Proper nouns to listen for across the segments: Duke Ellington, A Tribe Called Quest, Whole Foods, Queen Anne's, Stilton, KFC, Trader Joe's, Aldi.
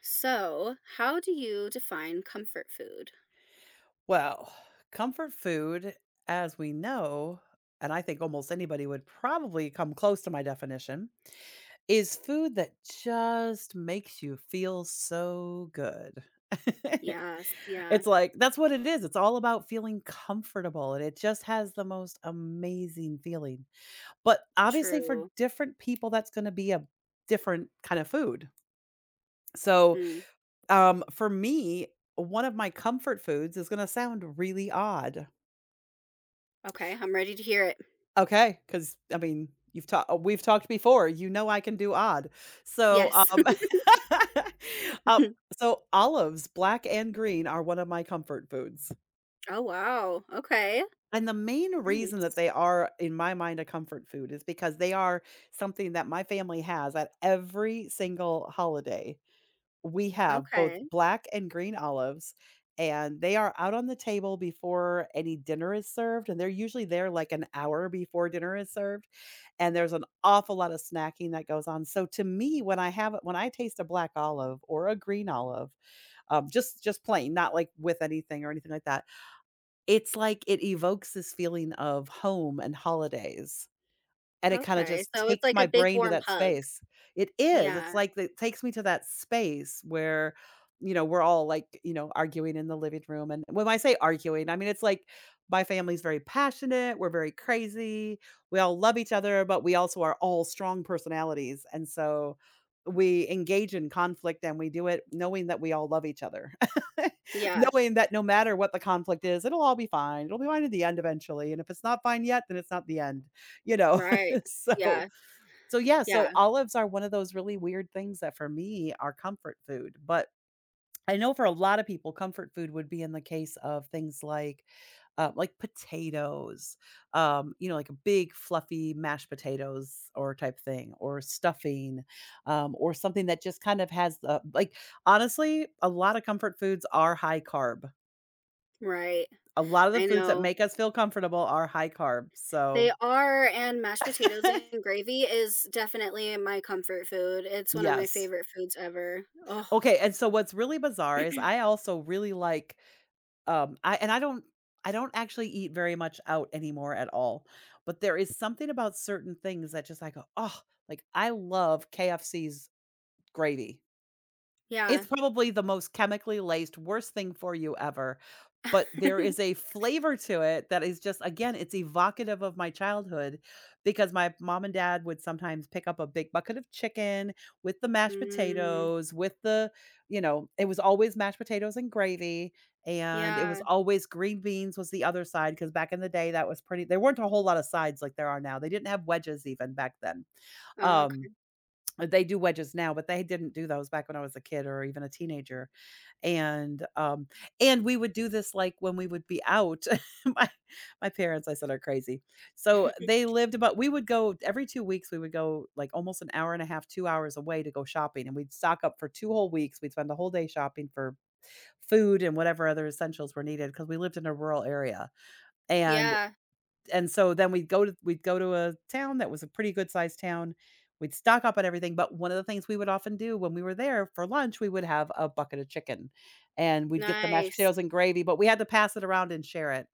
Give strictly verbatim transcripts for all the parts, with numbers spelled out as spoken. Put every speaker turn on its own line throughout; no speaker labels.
So, how do you define comfort food?
Well, comfort food, as we know, and I think almost anybody would probably come close to my definition, is food that just makes you feel so good.
Yes, yeah,
It's like, that's what it is. It's all about feeling comfortable, and it just has the most amazing feeling. But obviously, for
true.
different people, that's going to be a different kind of food. So,
Mm,
um, for me, one of my comfort foods is going to sound really odd.
okay, I'm ready to hear it.
Okay, because I mean, you've talked we've talked before, you know I can do odd. So,
Yes.
um uh, so olives, black and green, are one of my comfort foods,
Oh, wow. Okay.
and the main reason that
Nice.
they are, in my mind, a comfort food is because they are something that my family has at every single holiday. We have both
Okay.
black and green olives, and they are out on the table before any dinner is served, and they're usually there like an hour before dinner is served, and there's an awful lot of snacking that goes on. So to me, when I have when I taste a black olive or a green olive, um, just just plain, not like with anything or anything like that, it's like it evokes this feeling of home and holidays. And it kinda
Okay.
just
So it's
takes
like a
my
big
brain to
warm
that
hug.
space. It is,
Yeah.
it's like it takes me to that space where, you know, we're all, like, you know, arguing in the living room, and when I say arguing, I mean, it's like my family's very passionate, we're very crazy, we all love each other, but we also are all strong personalities, and so we engage in conflict, and we do it knowing that we all love each other.
Yeah.
Knowing that no matter what the conflict is, it'll all be fine, it'll be fine at the end eventually, and if it's not fine yet, then it's not the end, you know?
Right.
so
Yeah.
so yeah, so
Yeah.
olives are one of those really weird things that for me are comfort food, but I know for a lot of people, comfort food would be in the case of things like, uh, like potatoes, um, you know, like a big fluffy mashed potatoes or type thing, or stuffing, um, or something that just kind of has the like. Honestly, a lot of comfort foods are high carb.
Right.
A lot of the
I
foods that
know.
make us feel comfortable are high carb. So,
They are, and mashed potatoes and gravy is definitely my comfort food. It's one of my
yes.
favorite foods ever. Oh,
Okay, and so what's really bizarre is I also really like, um, I and I don't I don't actually eat very much out anymore at all, but there is something about certain things that just I go, "Oh," like I love K F C's gravy. It's
yeah.
probably the most chemically laced, worst thing for you ever, but there is a flavor to it that is just again, it's evocative of my childhood because my mom and dad would sometimes pick up a big bucket of chicken with the mashed
Mm,
potatoes, with the you know, it was always mashed potatoes and gravy, and it was
yeah.
always green beans was the other side, because back in the day, that was pretty there weren't a whole lot of sides like there are now, they didn't have wedges even back then,
Oh, okay.
um uh, they do wedges now, but they didn't do those back when I was a kid or even a teenager, and, um and we would do this, like, when we would be out. My my parents, I said, are crazy. So, they lived about we would go every two weeks, we would go, like, almost an hour and a half, two hours away to go shopping, and we'd stock up for two whole weeks. We'd spend the whole day shopping for food and whatever other essentials were needed because we lived in a rural area, and
Yeah,
and so then we'd go to we'd go to a town that was a pretty good sized town. We'd stock up on everything, but one of the things we would often do when we were there for lunch, we would have a bucket of chicken, and we'd get the mashed
nice.
potatoes and gravy, but we had to pass it around and share it,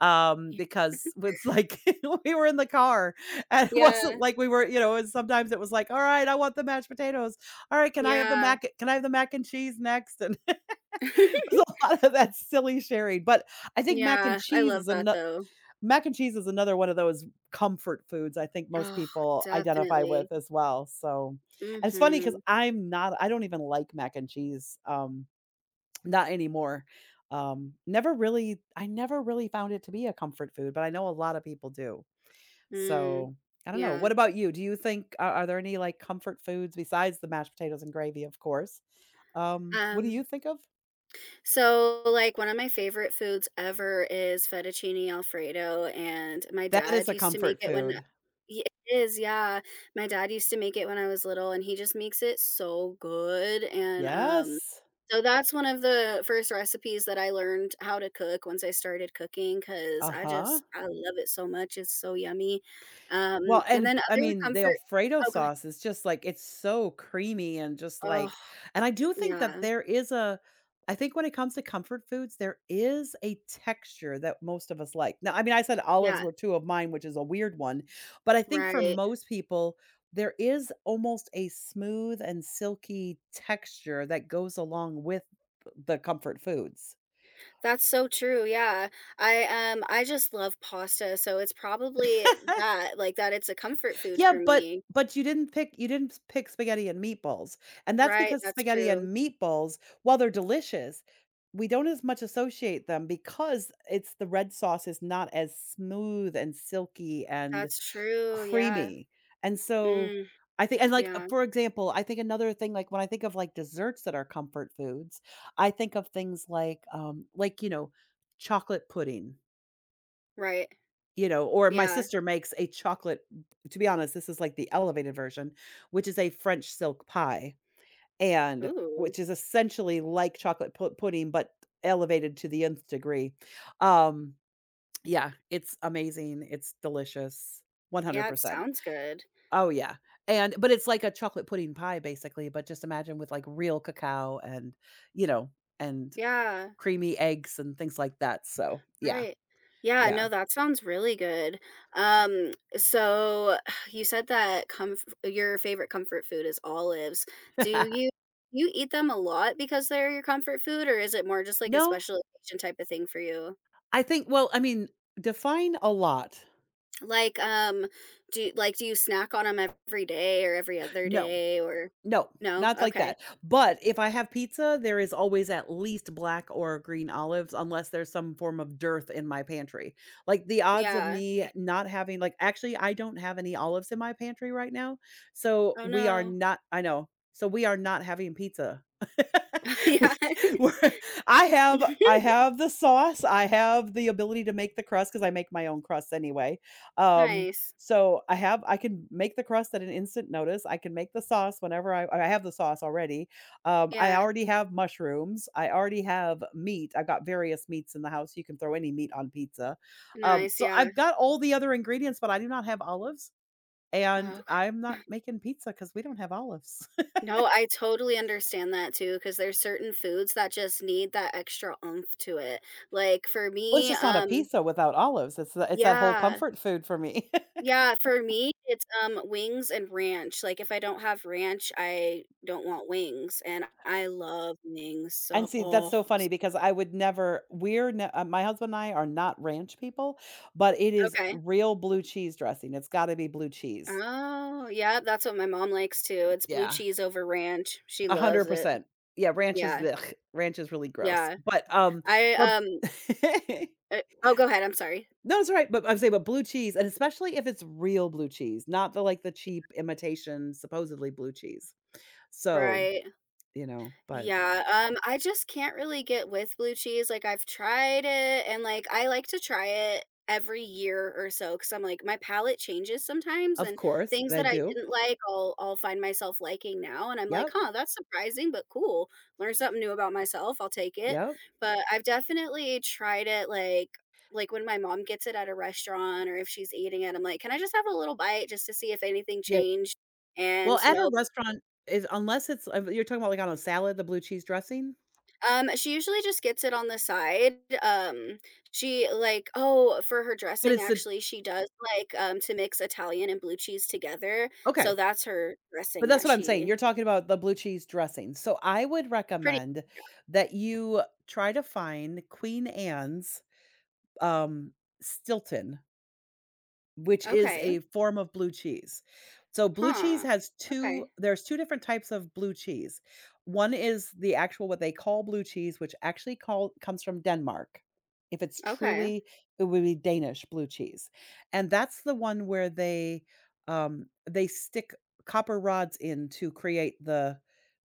um,
Y
because it's like we were in the car, and it
Yeah,
wasn't like we were, you know. And sometimes it was like, "All right, I want the mashed potatoes. All right, can I have the
yeah.
mac? Can I have the mac and cheese next?" And it was a lot of that silly sharing, but I think mac and
Yeah, I
cheese
love
is
that
ano
though.
mac and cheese is another one of those comfort foods I think most
Oh,
people identify with
definitely.
as well. So, and it's funny because
Mhm,
I'm not, I don't even like mac and cheese, um, not anymore. Um, never really, I never really found it to be a comfort food, but I know a lot of people do.
mm.
So, I don't know.
Yeah,
What about you? Do you think are, are there any like comfort foods besides the mashed potatoes and gravy, of course? Um, what do you
um
think of?
so, like, one of my favorite foods ever is fettuccine alfredo, and my
That is
dad
a
used to make
comfort
it when
food.
Ye- it is, yeah. My dad used to make it when I was little, and he just makes it so good. And um,
Yes.
So that's one of the first recipes that I learned how to cook once I started cooking because
Uh
I
huh.
just I love it so much. It's so yummy. Um,
Well,
and
and
then
I
other
mean, the
comfort.
Alfredo
Oh, go ahead.
sauce is just like it's so creamy and just
Oh,
like and I do think that
yeah,
there is a. I think when it comes to comfort foods, there is a texture that most of us like. Now, I mean, I said olives
yeah,
were two of mine, which is a weird one, but I think for
right.
most people, there is almost a smooth and silky texture that goes along with the comfort foods.
That's so true, yeah. I, um, I just love pasta, so it's probably that, like, that it's a comfort food
Yeah,
for
but
me.
but you didn't pick you didn't pick spaghetti and meatballs, and that's
Right,
because
that's
spaghetti
true.
and meatballs, while they're delicious, we don't as much associate them because it's the red sauce is not as smooth and silky and
That's true, yeah.
creamy, and so
Mm,
I think and, like, uh,
yeah,
for example, I think another thing, like, when I think of, like, desserts that are comfort foods, I think of things like, um, like, you know, chocolate pudding.
right,
You know, or my
yeah.
sister makes a chocolate, to be honest, this is like the elevated version, which is a French silk pie, and
Ooh,
which is essentially like chocolate pu pudding, but elevated to the nth degree. Um, yeah, it's amazing, it's delicious,
yeah, it
one hundred percent.
sounds good.
Oh, yeah, and but it's like a chocolate pudding pie basically, but just imagine with, like, real cacao and, you know, and
Yeah.
creamy eggs and things like that, so, yeah,
Right. Yeah,
yeah.
no, that sounds really good. Um, so you said that comf your favorite comfort food is olives. Do you You eat them a lot because they're your comfort food, or is it more just like a
No,
special occasion type of thing for you?
I think well, I mean, define a lot.
Like, um, do like do you snack on them every day or every other
No,
day or
no,
no?
not like
Okay.
that. But if I have pizza, there is always at least black or green olives, unless there's some form of dearth in my pantry. Like the odds of
Yeah.
me not having, like, actually, I don't have any olives in my pantry right now. So
Oh
we are
no.
not, I know. So we are not having pizza.
Yeah.
we, we're, I have I have the sauce. I have the ability to make the crust because I make my own crust anyway. Um,
Nice.
So I have I can make the crust at an instant notice. I can make the sauce whenever I I have the sauce already. Um, I
Yeah.
already have mushrooms. I already have meat. I've got various meats in the house. You can throw any meat on pizza. Um,
Nice.
so
Yeah.
I've got all the other ingredients, but I do not have olives, and
Oh,
I'm not
okay.
making pizza because we don't have olives.
No, I totally understand that too, because there's certain foods that just need that extra oomph to it. Like for
Well, it's
me,
just not a
um
pizza without olives. It's the, it's that whole
yeah.
comfort food for me.
Yeah, for me, it's, um, wings and ranch. Like, if I don't have ranch, I don't want wings, and I love wings,
And
so
see, that's
oh
so funny because I would never we're ne uh, my husband and I are not ranch people, but it is
okay.
real blue cheese dressing. It's gotta be blue cheese.
Oh, yeah, that's what my mom likes too. It's blue
Yeah,
cheese over ranch. She loves it.
one hundred percent. Yeah, ranch is
Yeah,
ugh, ranch is really gross.
yeah.
But, um,
I,
but
um, uh Oh, go ahead, I'm sorry.
No, it's all right, but I'm saying but blue cheese, and especially if it's real blue cheese, not the, like, the cheap imitation, supposedly blue cheese. So,
Right.
you know, but
Yeah, um, I just can't really get with blue cheese, like, I've tried it, and, like, I like to try it every year or so because 'cause I'm like, my palate changes sometimes,
of
and
course,
things
I
that I
do.
didn't like, I'll I'll find myself liking now, and I'm like,
Yep,
"Huh, that's surprising, but cool. Learn something new about myself, I'll take it."
yep.
But I've definitely tried it, like like, when my mom gets it at a restaurant or if she's eating it, I'm like, "Can I just have a little bite just to see if anything
Yeah.
changed?" And
Well, at a
no
restaurant is unless it's uh, you're talking about, like, on a salad, the blue cheese dressing?
um, she usually just gets it on the side. Um, she like oh, for her
But
dressing,
it's a
actually, she does like, um, to mix Italian and blue cheese together, so
okay,
that's her
but
dressing
that's
that
what I'm saying, you're
she
talking about the blue cheese dressing. So, I would
pretty
recommend that you try to find Queen Anne's, um, Stilton. Which is
okay.
a form of blue cheese. So blue cheese
Huh.
has two
Okay.
there's two different types of blue cheese. One is the actual what they call blue cheese, which actually call comes from Denmark. If it's
Okay.
truly, it would be Danish blue cheese. And that's the one where they, um, they stick copper rods in to create the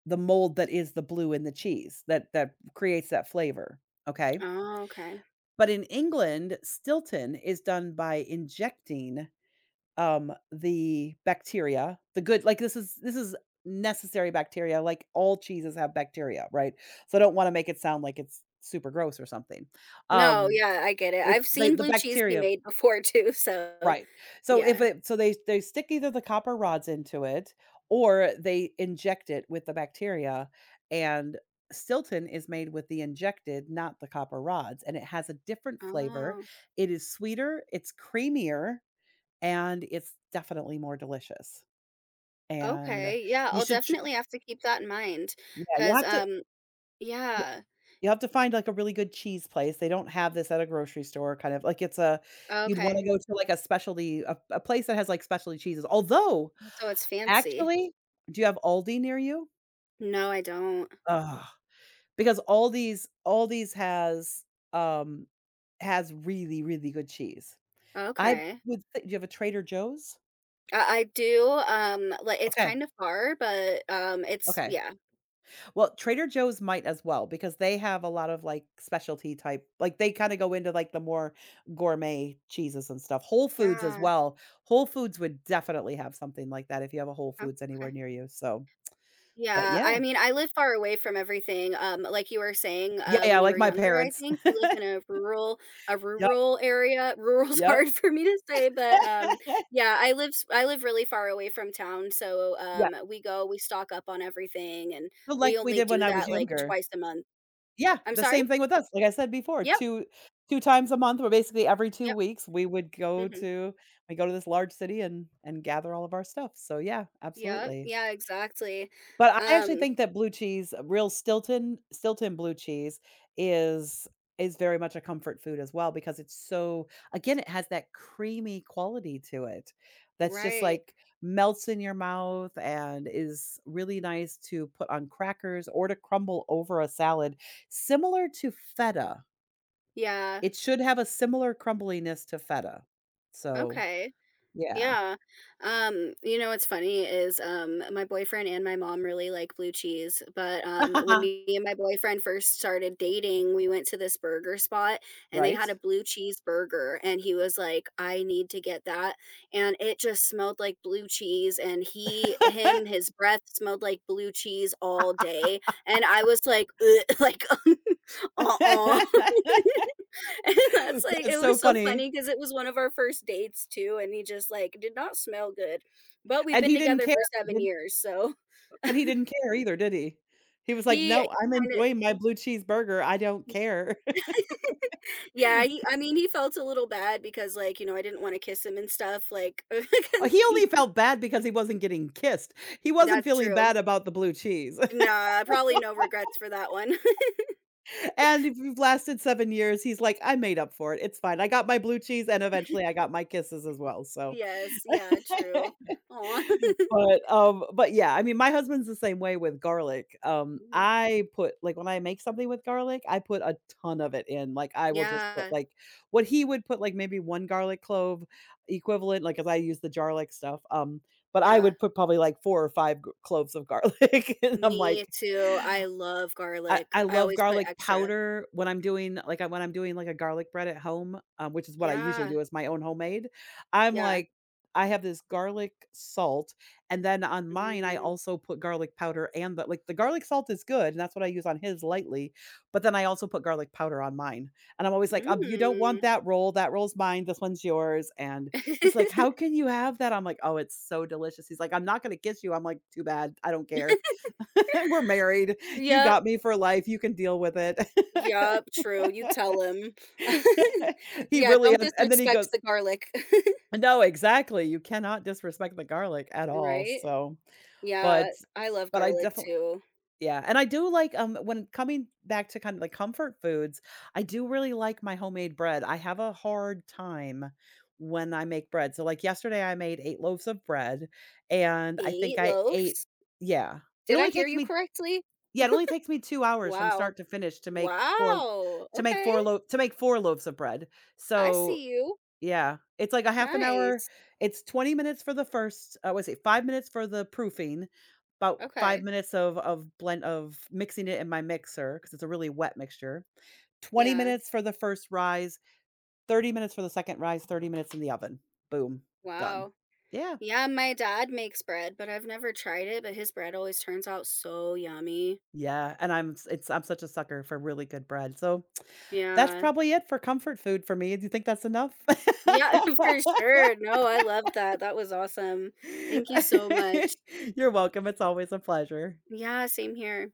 the mold that is the blue in the cheese that that creates that flavor, okay?
Oh, okay.
But in England, Stilton is done by injecting um, the bacteria, the good like, this is this is necessary bacteria, like, all cheeses have bacteria, right? So, I don't wanna make it sound like it's super gross or something.
No,
Um,
yeah, I get it.
it's
I've
the
seen
the
blue cheese be
bacteria
made before too, so
right. So, if
yeah.
it so they they stick either the copper rods into it or they inject it with the bacteria, and Stilton is made with the injected, not the copper rods, and it has a different flavor.
Oh,
It is sweeter, it's creamier, and it's definitely more delicious, and
okay. Yeah,
you
I'll
should tr
definitely have to keep that in mind
yeah, you'll
because
have to
um
you
yeah.
you'll have to find, like, a really good cheese place, they don't have this at a grocery store, kind of like, it's a you'd wanna
Okay.
go to, like, a specialty a a place that has, like, specialty cheeses, although,
So it's fancy.
actually, do you have Aldi near you?
No, I don't.
Ugh, because Aldi's Aldi's has, um has really, really good cheese. I
Okay.
would thi do you have a Trader Joe's?
I I do, um, like, it's
Okay,
kind of far, but, um, it's
okay.
yeah.
Well, Trader Joe's might as well because they have a lot of, like, specialty type like, they kinda go into, like, the more gourmet cheeses and stuff. Whole Foods as
Yeah,
well. Whole Foods would definitely have something like that if you have a Whole Foods anywhere
okay.
near you, so but
Yeah, I
yeah.
mean, I live far away from everything, um, like you were saying,
Yeah,
uh,
yeah,
when you
like
were
my
younger, I
parents.
think you lived in a rural a
Yep,
rural area. Rural's
yep,
hard for me to say, but, um, yeah, I live s I live really far away from town, so,
yeah.
um, we go, we stock up on everything, and
So, like
we
we
only
did when
do
I was
that, like,
younger.
twice a month.
Yeah,
I'm
the
sorry?
same thing with us, like I said before,
Yep,
2 2 times a month or basically every two
yep,
weeks, we would go
mhm.
to we go to this large city and and gather all of our stuff, so yeah,
Yep,
absolutely.
yeah, exactly.
But I actually
Um
think that blue cheese, uh, real Stilton Stilton blue cheese is is very much a comfort food as well because it's so again, it has that creamy quality to it that's just
right.
like melts in your mouth and is really nice to put on crackers or to crumble over a salad, similar to feta.
Yeah.
It should have a similar crumbliness to feta. So,
Okay.
yeah.
Yeah. Um, you know what's funny is um my boyfriend and my mom really like blue cheese, but um when me and my boyfriend first started dating, we went to this burger spot and they had
Right?
a blue cheese burger and he was like, "I need to get that." And it just smelled like blue cheese and he him his breath smelled like blue cheese all day and I was like, "Ugh," like uh-uh. And that's like
That's
it
so
was so
funny.
funny because it was one of our first dates too, and he just, like, did not smell good, but we've
And
been
he didn't
together
care,
for seven
did he?
years, so
But he didn't care either, did he? He was like,
he
"No, I'm
kinda
enjoying my blue cheeseburger, I don't care."
yeah, he I mean, he felt a little bad because, like, you know, I didn't wanna kiss him and stuff, like, 'cause
Oh, he
he
only felt bad because he wasn't getting kissed. He wasn't
that's
feeling
true.
bad about the blue cheese.
Nah, probably no regrets for that one.
And if you've lasted seven years, he's like, "I made up for it, it's fine. I got my blue cheese and eventually I got my kisses as well," so
Yes, yeah, true. Aw.
But, um but yeah, I mean, my husband's the same way with garlic. Um,
Mhm.
I put like, when I make something with garlic, I put a ton of it in, like, I will just put,
Yeah,
like what he would put, like, maybe one garlic clove equivalent, Like, like, 'cause I use the jar like stuff, um, but I
yeah.
would put probably, like, four or five g cloves of garlic, and I'm
Me
like
too, I love
I
garlic.
I
I
love
always put
garlic
extra.
powder when I'm doing like, I when I'm doing, like, a garlic bread at home, um, which is what I usually
Yeah,
do, it's my own homemade. I'm
yeah.
like I have this garlic salt, and then on mine, I
Mm.
also put garlic powder and the like, the garlic salt is good, and that's what I use on his lightly, but then I also put garlic powder on mine, and I'm always like, "Um, you don't want
Mm.
that roll, that roll's mine, this one's yours," and he's like, "How can you have that?" I'm like, "Oh, it's so delicious." He's like, "I'm not gonna kiss you." I'm like, "Too bad, I don't care." We're married. You
Yep,
got me for life. You can deal with it.
yep, true, you tell him.
He
Yeah,
really
don't
and and then he
disrespect
goes
the garlic.
no, exactly. You cannot disrespect the garlic at all.
Right?
So,
Yeah,
but
I love
but I
garlic
definitely
too.
yeah, and I do like, um, when coming back to kind of like comfort foods, I do really like my homemade bread. I have a hard time when I make bread. So, like, yesterday, I made eight loaves of bread, and I think
eight
I ate
loaves?
yeah. It
Did I
only
hear
takes
you
me
correctly?
Yeah, it only takes me two hours from
Wow.
start to finish to make four
Wow,
to make
okay,
four lo, to make four loaves of bread.
I
So,
see you.
yeah, it's like a half an hour.
Nice.
It's twenty minutes for the first I was it, five minutes for the proofing, about five
Okay,
minutes of of blend of mixing it in my mixer because it's a really wet mixture. twenty
yeah,
minutes for the first rise, thirty minutes for the second rise, thirty minutes in the oven. Boom, done.
wow.
Yeah.
Yeah, my dad makes bread, but I've never tried it, but his bread always turns out so yummy.
Yeah, and I'm s it's I'm such a sucker for really good bread, so that's
Yeah.
probably it for comfort food for me. Do you think that's enough?
Yeah, for sure. No, I love that. That was awesome. Thank you so much.
You're welcome, it's always a pleasure.
Yeah, same here.